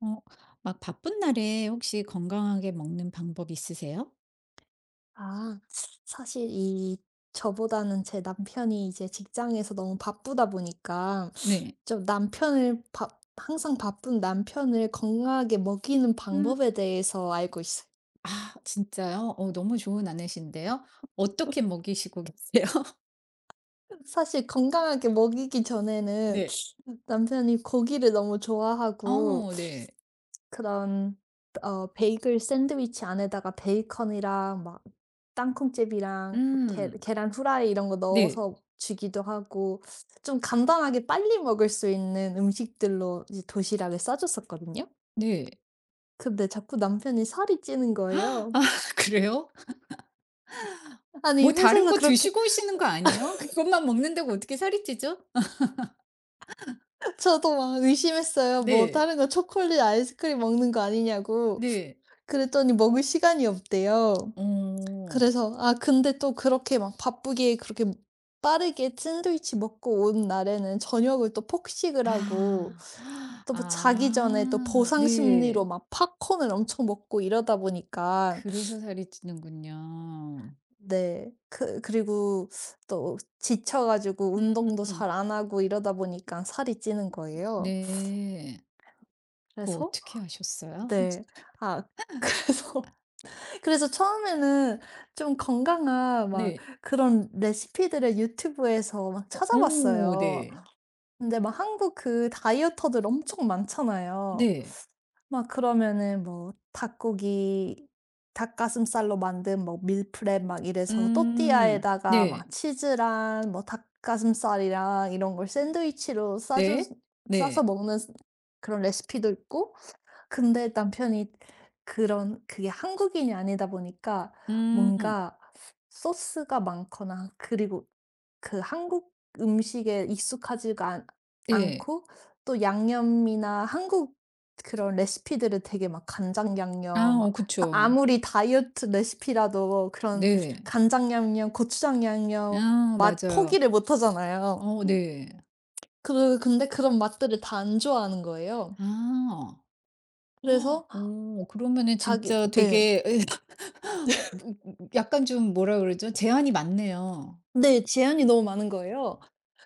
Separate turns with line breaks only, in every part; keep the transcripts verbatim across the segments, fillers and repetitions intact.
어 막 바쁜 날에 혹시 건강하게 먹는 방법 있으세요?
아, 사실 이, 저보다는 제 남편이 이제 직장에서 너무 바쁘다 보니까
네.
좀 남편을 바 항상 바쁜 남편을 건강하게 먹이는
음.
방법에 대해서 알고 있어요.
아 진짜요? 어 너무 좋은 아내신데요. 어떻게 먹이시고 계세요?
사실 건강하게 먹이기 전에는
네.
남편이 고기를 너무 좋아하고,
어 네.
그런 어 베이글 샌드위치 안에다가 베이컨이랑 막 땅콩잼이랑 뭐 계
음.
계란 후라이 이런 거
네.
넣어서 주기도 하고, 좀 간단하게 빨리 먹을 수 있는 음식들로 이제 도시락을 싸줬었거든요.
네.
근데 자꾸 남편이 살이 찌는 거예요.
아 그래요?
아니,
뭐 다른
회사에서
거
그렇게.
드시고 오시는 거 아니에요? 그것만 먹는다고 어떻게 살이 찌죠? 아
저도 막 의심했어요, 뭐
네.
다른 거 초콜릿 아이스크림 먹는 거 아니냐고.
네.
그랬더니 먹을 시간이 없대요.
어.
그래서 아, 근데 또 그렇게 막 바쁘게 그렇게 빠르게 샌드위치 먹고 온 날에는 저녁을 또 폭식을 하고,
아.
또 뭐 자기 전에 또
아
보상
네.
심리로 막 팝콘을 엄청 먹고 이러다 보니까.
그래서 살이 찌는군요.
네. 그 그리고 또 지쳐 가지고
음.
운동도 잘 안 하고 이러다 보니까 살이 찌는 거예요.
네. 그거
그래서.
어떻게 아셨어요?
네. 아, 그래서 그래서 처음에는 좀 건강한 막
네.
그런 레시피들을 유튜브에서 막
어 어
찾아봤어요.
네.
근데 막 한국 그 다이어터들 엄청 많잖아요.
네.
막 그러면은 뭐 닭고기, 닭가슴살로 만든 뭐 밀프렙 막 이래서
음.
또띠아에다가
네.
막 치즈랑 뭐 닭가슴살이랑 이런 걸 샌드위치로 싸주,
네.
싸서
네.
먹는 그런 레시피도 있고. 근데 남편이 그런 그게 한국인이 아니다 보니까,
음.
뭔가 소스가 많거나, 그리고 그 한국 음식에 익숙하지가 않
네.
않고, 또 양념이나 한국 그런 레시피들을 되게 막 간장 양념
아 어
막, 아
그쵸.
무리 다이어트 레시피라도 그런
네.
간장 양념, 고추장 양념
아
맛
맞아요.
포기를 못 하잖아요.
어 네.
그 근데 그런 맛들을 다 안 좋아하는 거예요.
아.
그래서
어 그러면은
자기
진짜
네.
되게 어 뭐 약간 좀 뭐라 그러죠? 제한이 많네요.
네. 제한이 너무 많은 거예요.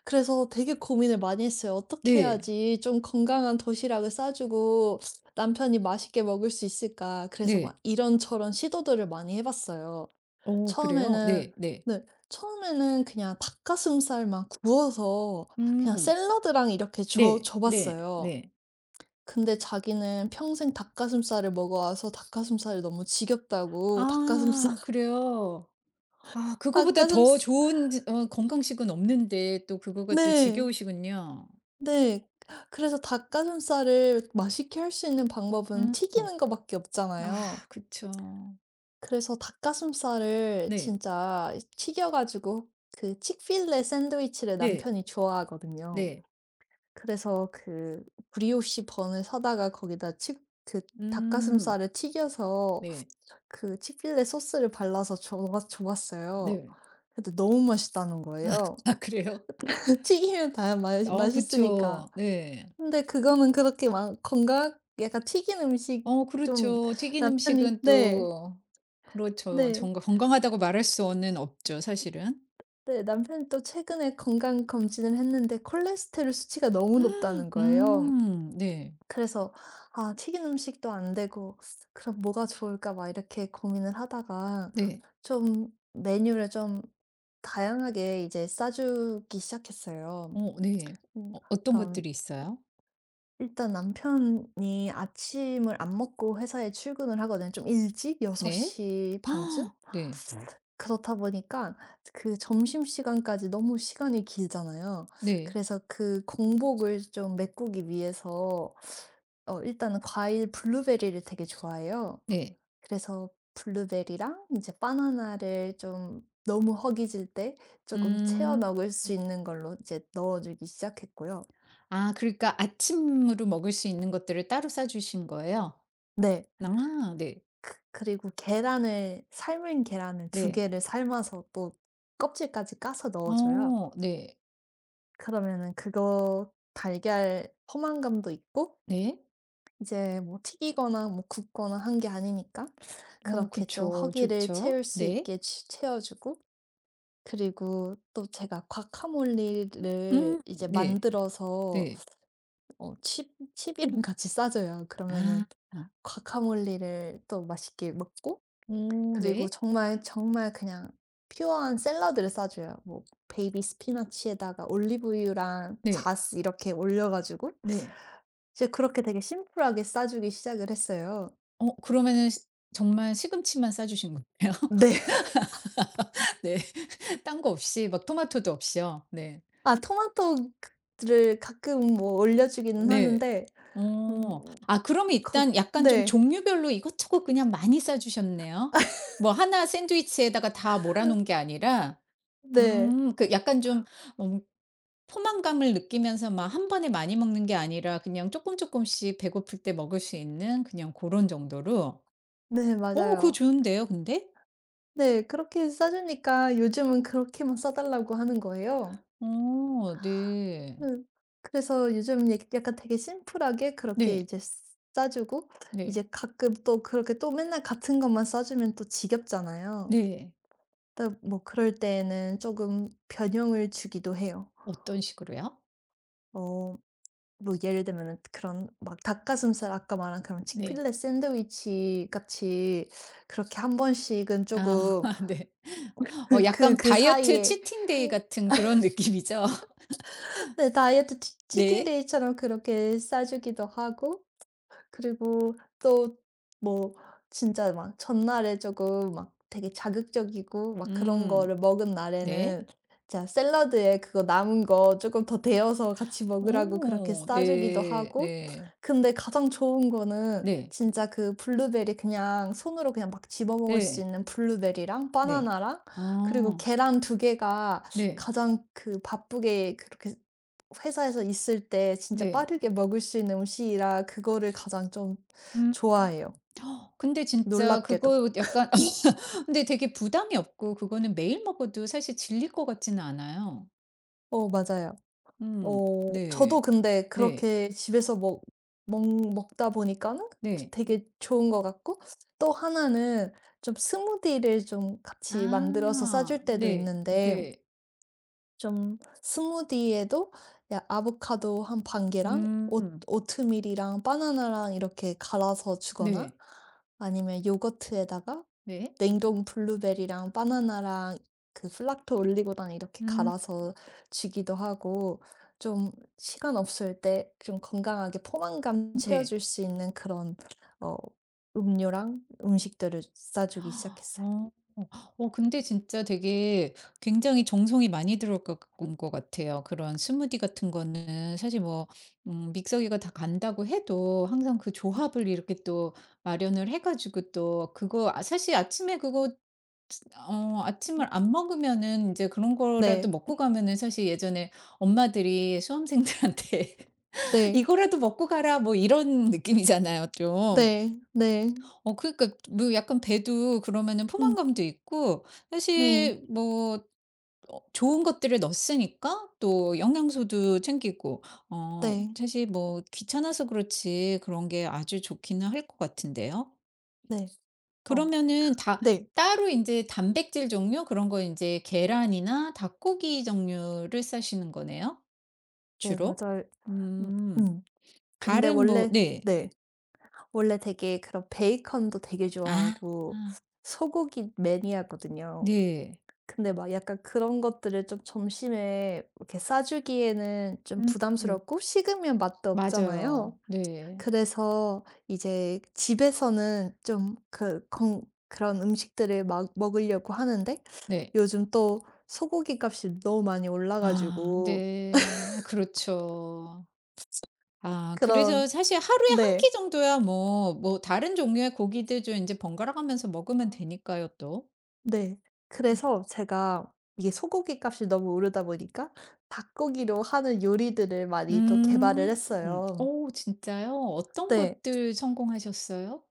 그래서 되게 고민을 많이 했어요. 어떻게
네.
해야지 좀 건강한 도시락을 싸주고 남편이 맛있게 먹을 수 있을까. 그래서 막
네.
이런저런 시도들을 많이 해 봤어요.
어 그래요?
처음에는.
네. 네.
네. 처음에는 그냥 닭가슴살만 구워서 그냥
음.
샐러드랑 이렇게 줘
네.
줘
네.
봤어요.
네.
근데 자기는 평생 닭가슴살을 먹어와서 닭가슴살이 너무 지겹다고 닭가슴살.
아 그래요? 아
닭
그거보다
가슴
더
살
좋은 어 건강식은 없는데 또 그거가 또
네.
지겨우시군요.
네. 그래서 닭가슴살을 맛있게 할 수 있는 방법은
음.
튀기는 거밖에
아
없잖아요.
그쵸.
그래서 닭가슴살을
네.
진짜 튀겨 가지고 그 치크필레 샌드위치를
네.
남편이 좋아하거든요.
네.
그래서 그 브리오시 번을 사다가 거기다 치 그
음.
닭가슴살을 튀겨서
네.
그 치크필레 소스를 발라서 줘봐 줘봤어요.
네.
근데 너무 맛있다는 거예요.
아 그래요?
튀기면 다 맛
어
맛있으니까.
그쵸. 네.
근데 그거는 그렇게 막 건강 약간 튀긴 음식,
어
좀
그렇죠. 튀긴
남편이.
음식은
네.
또 그렇죠.
네.
정 건강하다고 말할 수는 없죠, 사실은.
네. 남편이 또 최근에 건강 검진을 했는데 콜레스테롤 수치가 너무 높다는 거예요.
음. 네.
그래서 '아 튀긴 음식도 안 되고 그럼 뭐가 좋을까?' 막 이렇게 고민을 하다가
네.
좀 메뉴를 좀 다양하게 이제 싸 주기 시작했어요.
어 네.
음.
어 어떤
그러니까
것들이 있어요?
일단 남편이 아침을 안 먹고 회사에 출근을 하거든요. 좀 일찍 6섯
네.
시 반쯤?
아 네.
그렇다 보니까 그 점심시간까지 너무 시간이 길잖아요.
네.
그래서 그 공복을 좀 메꾸기 위해서, 어 일단은 과일 블루베리를 되게 좋아해요.
네.
그래서 블루베리랑 이제 바나나를 좀 너무 허기질 때 조금 채워
음.
넣을 수 있는 걸로 이제 넣어 주기 시작했고요.
아 그러니까 아침으로 먹을 수 있는 것들을 따로 싸 주신 거예요?
네.
아 네.
그리고 계란을 삶은 계란을 두
네.
개를 삶아서 또 껍질까지 까서 넣어줘요.
어 네.
그러면은 그거 달걀 포만감도 있고,
네.
이제 뭐 튀기거나 뭐 굽거나 한 게 아니니까
어
그렇게 좀
그쵸.
허기를 채울
좋죠.
수
네.
있게 채 채워주고 그리고 또 제가
음
과카몰리를 이제
네.
만들어서,
네.
어 칩 칩이랑 같이 싸줘요. 그러면은
아.
과카몰리를 또 맛있게 먹고,
오
그리고
네.
정말 정말 그냥 퓨어한 샐러드를 싸줘요. 뭐 베이비 스피너치에다가 올리브유랑
네.
잣 이렇게 올려 가지고
네.
이제 그렇게 되게 심플하게 싸주기 시작을 했어요.
어 그러면은 시 정말 시금치만 싸 주신 거예요?
네.
네. 딴 거 없이 막 토마토도 없이요? 네.
아, 토마토 그 를 가끔 뭐 올려 주기는
네.
하는데.
어.
음
아 그러면
거
일단 약간 좀
네.
종류별로 이것저것 그냥 많이 싸 주셨네요. 뭐 하나 샌드위치에다가 다 몰아 놓은 게 아니라
네.
음 그 약간 좀 음 포만감을 느끼면서 막 한 번에 많이 먹는 게 아니라 그냥 쪼끔쪼끔씩 배고플 때 먹을 수 있는 그냥 고런 정도로.
네,
어 그거
맞아요.
좋은데요 근데?
네. 그렇게 싸 주니까 요즘은 그렇게만 싸 달라고 하는 거예요.
어 네.
음. 그래서 요즘, 예, 약간 되게 심플하게 그렇게
네.
이제 싸 주고,
네.
이제 가끔 또 그렇게, 또 맨날 같은 것만 싸 주면 또 지겹잖아요.
네.
그뭐 그럴 때에는 조금 변형을 주기도 해요.
어떤 식으로요?
어 뭐 예를 들면은 그런 막 닭가슴살, 아까 말한 그런
네.
치필레 샌드위치 같이 그렇게 한 번씩은 조
아
금
네. 어
그 그
약간
그
다이어트
사이에.
치팅데이 같은 그런 느낌이죠?
네, 다이어트 치 치팅
네.
데이처럼 그렇게 싸 주기도 하고. 그리고 또, 뭐, 진짜 막 전날에 조금 막 되게 자극적이고 막 그런
음.
거를 먹은
네.
날에는 진짜 샐러드에 그거 남은 거 조금 더 데워서 같이 먹으라고 그렇게
오.
싸 주기도
네.
하고.
네.
근데 가장 좋은 거는
네.
진짜 그 블루베리, 그냥 손으로 그냥 막 집어 먹을 수
네.
있는 블루베리랑
네.
바나나랑 그리고
아.
계란 두 개가
네.
가장, 그 바쁘게 그렇게 회사에서 있을 때 진짜
네.
빠르게 먹을 수 있는 음식이라 그거를 가장 좀
음.
좋아해요,
허, 근데 진짜
놀랍게도.
그거 약간 근데 되게 부담이 없고 그거는 매일 먹어도 사실 질릴 것 같지는 않아요.
어, 맞아요.
음.
어, 저도
네.
근데
네.
그렇게 집에서 먹 먹 먹다 보니까는
네.
되게 좋은 것 같고. 또 하나는 좀 스무디를 좀 같이 만들어서 싸
아.
줄 때도
네.
있는데,
네.
좀 스무디에도, 야, 아보카도 한 반 개랑 오트
음.
오트밀이랑 바나나랑 이렇게 갈아서 주거나,
네.
아니면 요거트에다가
네.
냉동 블루베리랑 바나나랑 그 플락토 올리고당 이렇게
음.
갈아서 주기도 하고, 좀 시간 없을 때 좀 건강하게 포만감
네.
채워줄 수 있는 그런, 어 음료랑 음식들을 싸 주기 시작했어요.
어. 어 근데 진짜 되게 굉장히 정성이 많이 들어간 것 같아요. 그런 스무디 같은 거는 사실 뭐 음 믹서기가 다 간다고 해도 항상 그 조합을 이렇게 또 마련을 해 가지고 또 그거 아 사실 아침에 그거 어 아침을 안 먹으면은 이제 그런 거라도
네.
먹고 가면은 사실 예전에 엄마들이 수험생들한테
네.
"이거라도 먹고 가라." 뭐 이런 느낌이잖아요 좀.
네. 네.
어 그러니까 뭐 약간 배도 그러면은
음.
포만감도 있고
네.
사실 뭐 어 좋은 것들을 넣었으니까 또 영양소도 챙기고 어
네.
사실 뭐 귀찮아서 그렇지 그런 게 아주 좋기는 할 것 같은데요.
네. 어.
그러면은 다
네.
따로 이제 단백질 종류 그런 거 이제 계란이나 닭고기 종류를 싸시는 거네요,
네,
주로?
맞아요. 음.
음.
음. 근데
다른 뭐
원래.
네.
네. 원래 되게 그런 베이컨도 되게
아
좋아하고 소고기 매니아거든요.
네.
근데 막 약간 그런 것들을 좀 점심에 이렇게 싸주기에는 좀
음 음.
부담스럽고 식으면 맛도 없잖아요.
맞아요. 네.
그래서 이제 집에서는 좀 그 건 그런 음식들을 막 먹으려고 하는데
네.
요즘 또 소고기 값이 너무 많이 올라
아
가지고.
네. 그렇죠. 아 그래서
그런
사실 하루에 한 끼
네.
정도야 뭐 뭐 다른 종류의 고기들 좀 이제 번갈아 가면서 먹으면
아.
되니까요 또.
네. 그래서 제가, 이게 소고기 값이 너무 오르다 보니까 닭고기로 하는 요리들을 많이 또 개발을 음.
음.
했어요.
오 진짜요? 어떤
네.
것들 성공하셨어요?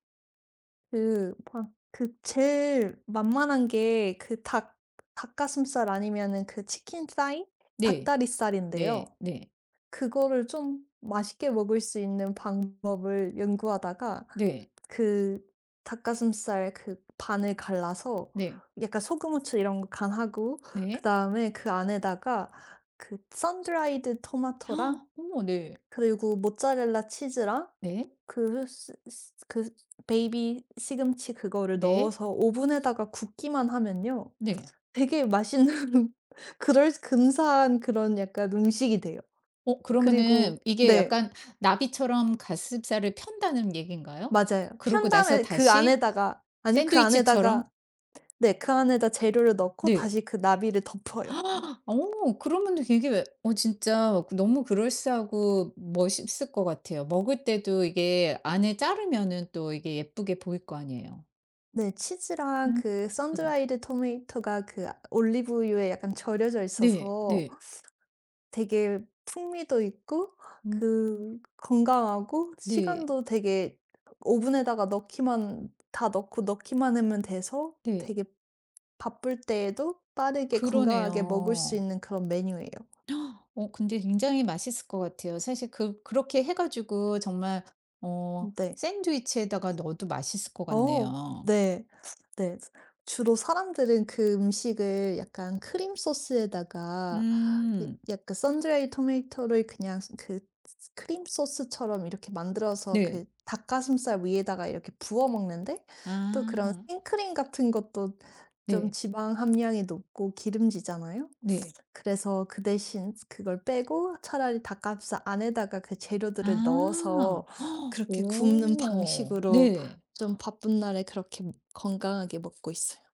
그 막 그 제일 만만한 게 그 닭 닭가슴살 아니면은 그 치킨 사이?
네.
닭다리살인데요.
네. 네.
그거를 좀 맛있게 먹을 수 있는 방법을 연구하다가
네.
그 닭가슴살 그 반을 갈라서
네.
약간 소금, 후추 이런 거 간하고,
네.
그다음에 그 안에다가 그 선드라이드 토마토랑
헉, 어머 네.
그리고 모짜렐라 치즈랑
네.
그 스 스 그 베이비 시금치 그거를
네.
넣어서 오븐에다가 굽기만 하면요.
네.
되게 맛있는, 그럴 근사한 그런 약간 음식이 돼요.
어
그리고.
그러면은 이게
네,
약간 나비처럼 가슴살을 편다는 얘기인가요?
맞아요. 편
그러고 나서
다음에 그
다시
안에다가, 아니요, 그
샌드위치처럼?
안에다가. 네, 그 안에다 재료를 넣고
네.
다시 그 나비를 덮어요.
아, 어 그러면 되게 어 진짜 너무 그럴싸하고 멋있을 것 같아요. 먹을 때도 이게 안에 자르면은 또 이게 예쁘게 보일 거 아니에요.
네. 치즈랑
음.
그 선드라이드 토마토가 그 올리브유에 약간 절여져
네
있어서
네.
되게 풍미도 있고,
음
그 건강하고
네
시간도 되게 오븐에다가 넣기만 다 넣고 넣기만 하면 돼서
네.
되게 바쁠 때에도 빠르게 건강하게 먹을 수
그러네요.
있는 그런 메뉴예요.
어 근데 굉장히 맛있을 것 같아요. 사실 그 그렇게 해 가지고 정말 어
네.
샌드위치에다가 넣어도 맛있을 것
어,
같네요.
네. 네. 주로 사람들은 그 음식을 약간 크림 소스에다가 이
음.
약간 선드라이 토마토를 그냥 그 크림 소스처럼 이렇게 만들어서 그
네.
닭가슴살 위에다가 이렇게 부어 먹는데, 또 그런
아.
생크림 같은 것도 좀
네.
지방 함량이 높고 기름지잖아요.
네.
그래서 그 대신 그걸 빼고 차라리 닭가슴살 안에다가 그 재료들을 넣어서
아.
그렇게 굽는
오.
방식으로
네.
좀 바쁜 날에 그렇게 건강하게 먹고 있어요.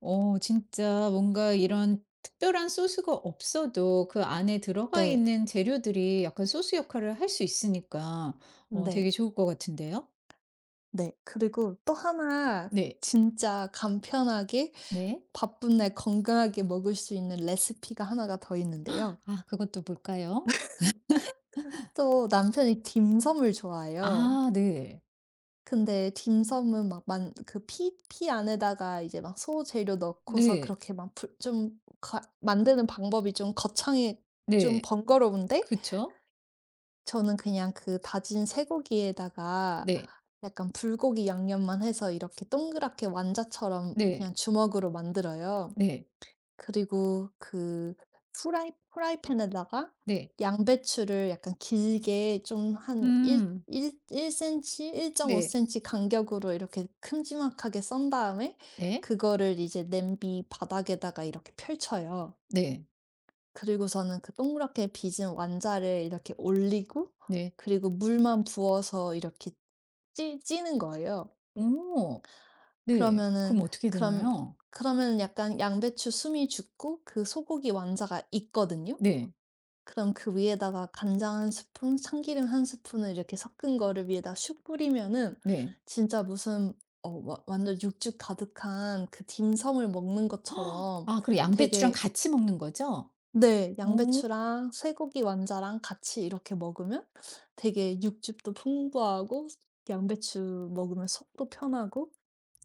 어 진짜 뭔가 이런 특별한 소스가 없어도 그 안에 들어가
네.
있는 재료들이 약간 소스 역할을 할 수 있으니까 어
네.
되게 좋을 것 같은데요.
네. 그리고 또 하나,
네.
진짜 간편하게
네.
바쁜 날 건강하게 먹을 수 있는 레시피가 하나가 더 있는데요.
아 그것도 볼까요?
또 남편이 딤섬을 좋아해요.
아 네.
근데 딤섬은 막 만 그 피 피 안에다가 이제 막 소재료 넣고서
네.
그렇게 막 불 좀 가 만드는 방법이 좀 거창해 좀
네.
번거로운데,
그쵸.
저는 그냥 그 다진 쇠고기에다가
네.
약간 불고기 양념만 해서 이렇게 동그랗게 완자처럼
네.
그냥 주먹으로 만들어요.
네.
그리고 그 프라이 프라이팬에다가
네.
양배추를 약간 길게 좀 한 1
음.
1 일 센티미터,
네.
일 점 오 센티미터 간격으로 이렇게 큼지막하게 썬 다음에
네.
그거를 이제 냄비 바닥에다가 이렇게 펼쳐요.
네.
그리고서는 그 동그랗게 빚은 완자를 이렇게 올리고,
네.
그리고 물만 부어서 이렇게 찌 찌는 거예요.
오. 네.
그러면은
그럼 어떻게
그럼
되나요?
그러면은 약간 양배추 숨이 죽고 그 소고기 완자가 있거든요.
네.
그럼 그 위에다가 간장 한 스푼, 참기름 한 스푼을 이렇게 섞은 거를 위에다 슉 뿌리면은
네.
진짜 무슨, 어 와, 완전 육즙 가득한 그 딤섬을 먹는 것처럼
아 그리고 양배추랑
되게.
같이 먹는 거죠?
네,
오,
양배추랑 쇠고기 완자랑 같이 이렇게 먹으면 되게 육즙도 풍부하고 양배추 먹으면 속도 편하고.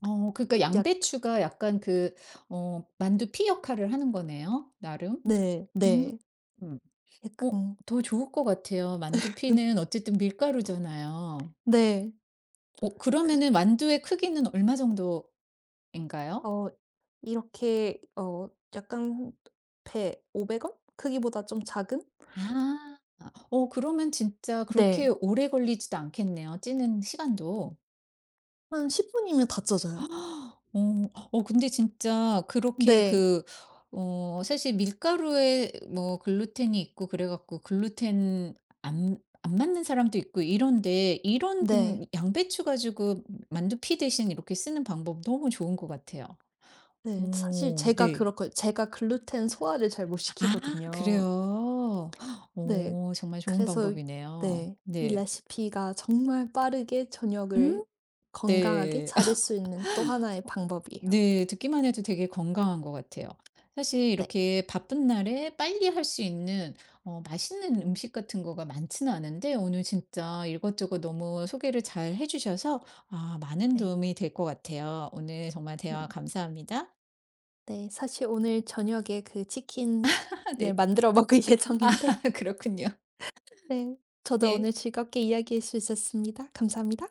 어 그러니까
약
양배추가 약간 그 어 만두피 역할을 하는 거네요, 나름.
네.
음.
네.
음. 어
약간.
더 좋을 것 같아요. 만두피는 어쨌든 밀가루잖아요.
네.
어
그래.
그러면은 만두의 크기는 얼마 정도인가요?
어 이렇게, 어 약간 배 오백 원? 크기보다 좀 작은?
아. 어 그러면 진짜 그렇게
네.
오래 걸리지도 않겠네요, 찌는 시간도.
한 10 분이면 다 쪄져요.
어. 어 근데 진짜 그렇게
네.
그 어 사실 밀가루에 뭐 글루텐이 있고 그래 갖고 글루텐 안 안 맞는 사람도 있고 이런데 이런
네.
음, 양배추 가지고 만두피 대신 이렇게 쓰는 방법 너무 좋은 것 같아요.
네. 사실
오
제가,
네.
그렇거 제가 글루텐 소화를 잘 못
아
시키거든요.
그래요?
네.
오 정말 좋은
그래서.
방법이네요.
네, 이
네.
레시피가 정말 빠르게 저녁을
음
건강하게
네.
차릴 수 있는 또 하나의 방법이에요.
네. 듣기만 해도 되게 건강한 것 같아요. 사실
네.
이렇게 바쁜 날에 빨리 할 수 있는 어 맛있는 음식 같은 거가 많지는 않은데 오늘 진짜 이것저것 너무 소개를 잘 해 주셔서 아 많은
네.
도움이 될 것 같아요. 오늘 정말
네.
대화 감사합니다.
네. 사실 오늘 저녁에 그 치킨을
네.
만들어 먹을 예정인데.
그렇군요.
네, 저도
네.
오늘 즐겁게 이야기할 수 있었습니다. 감사합니다.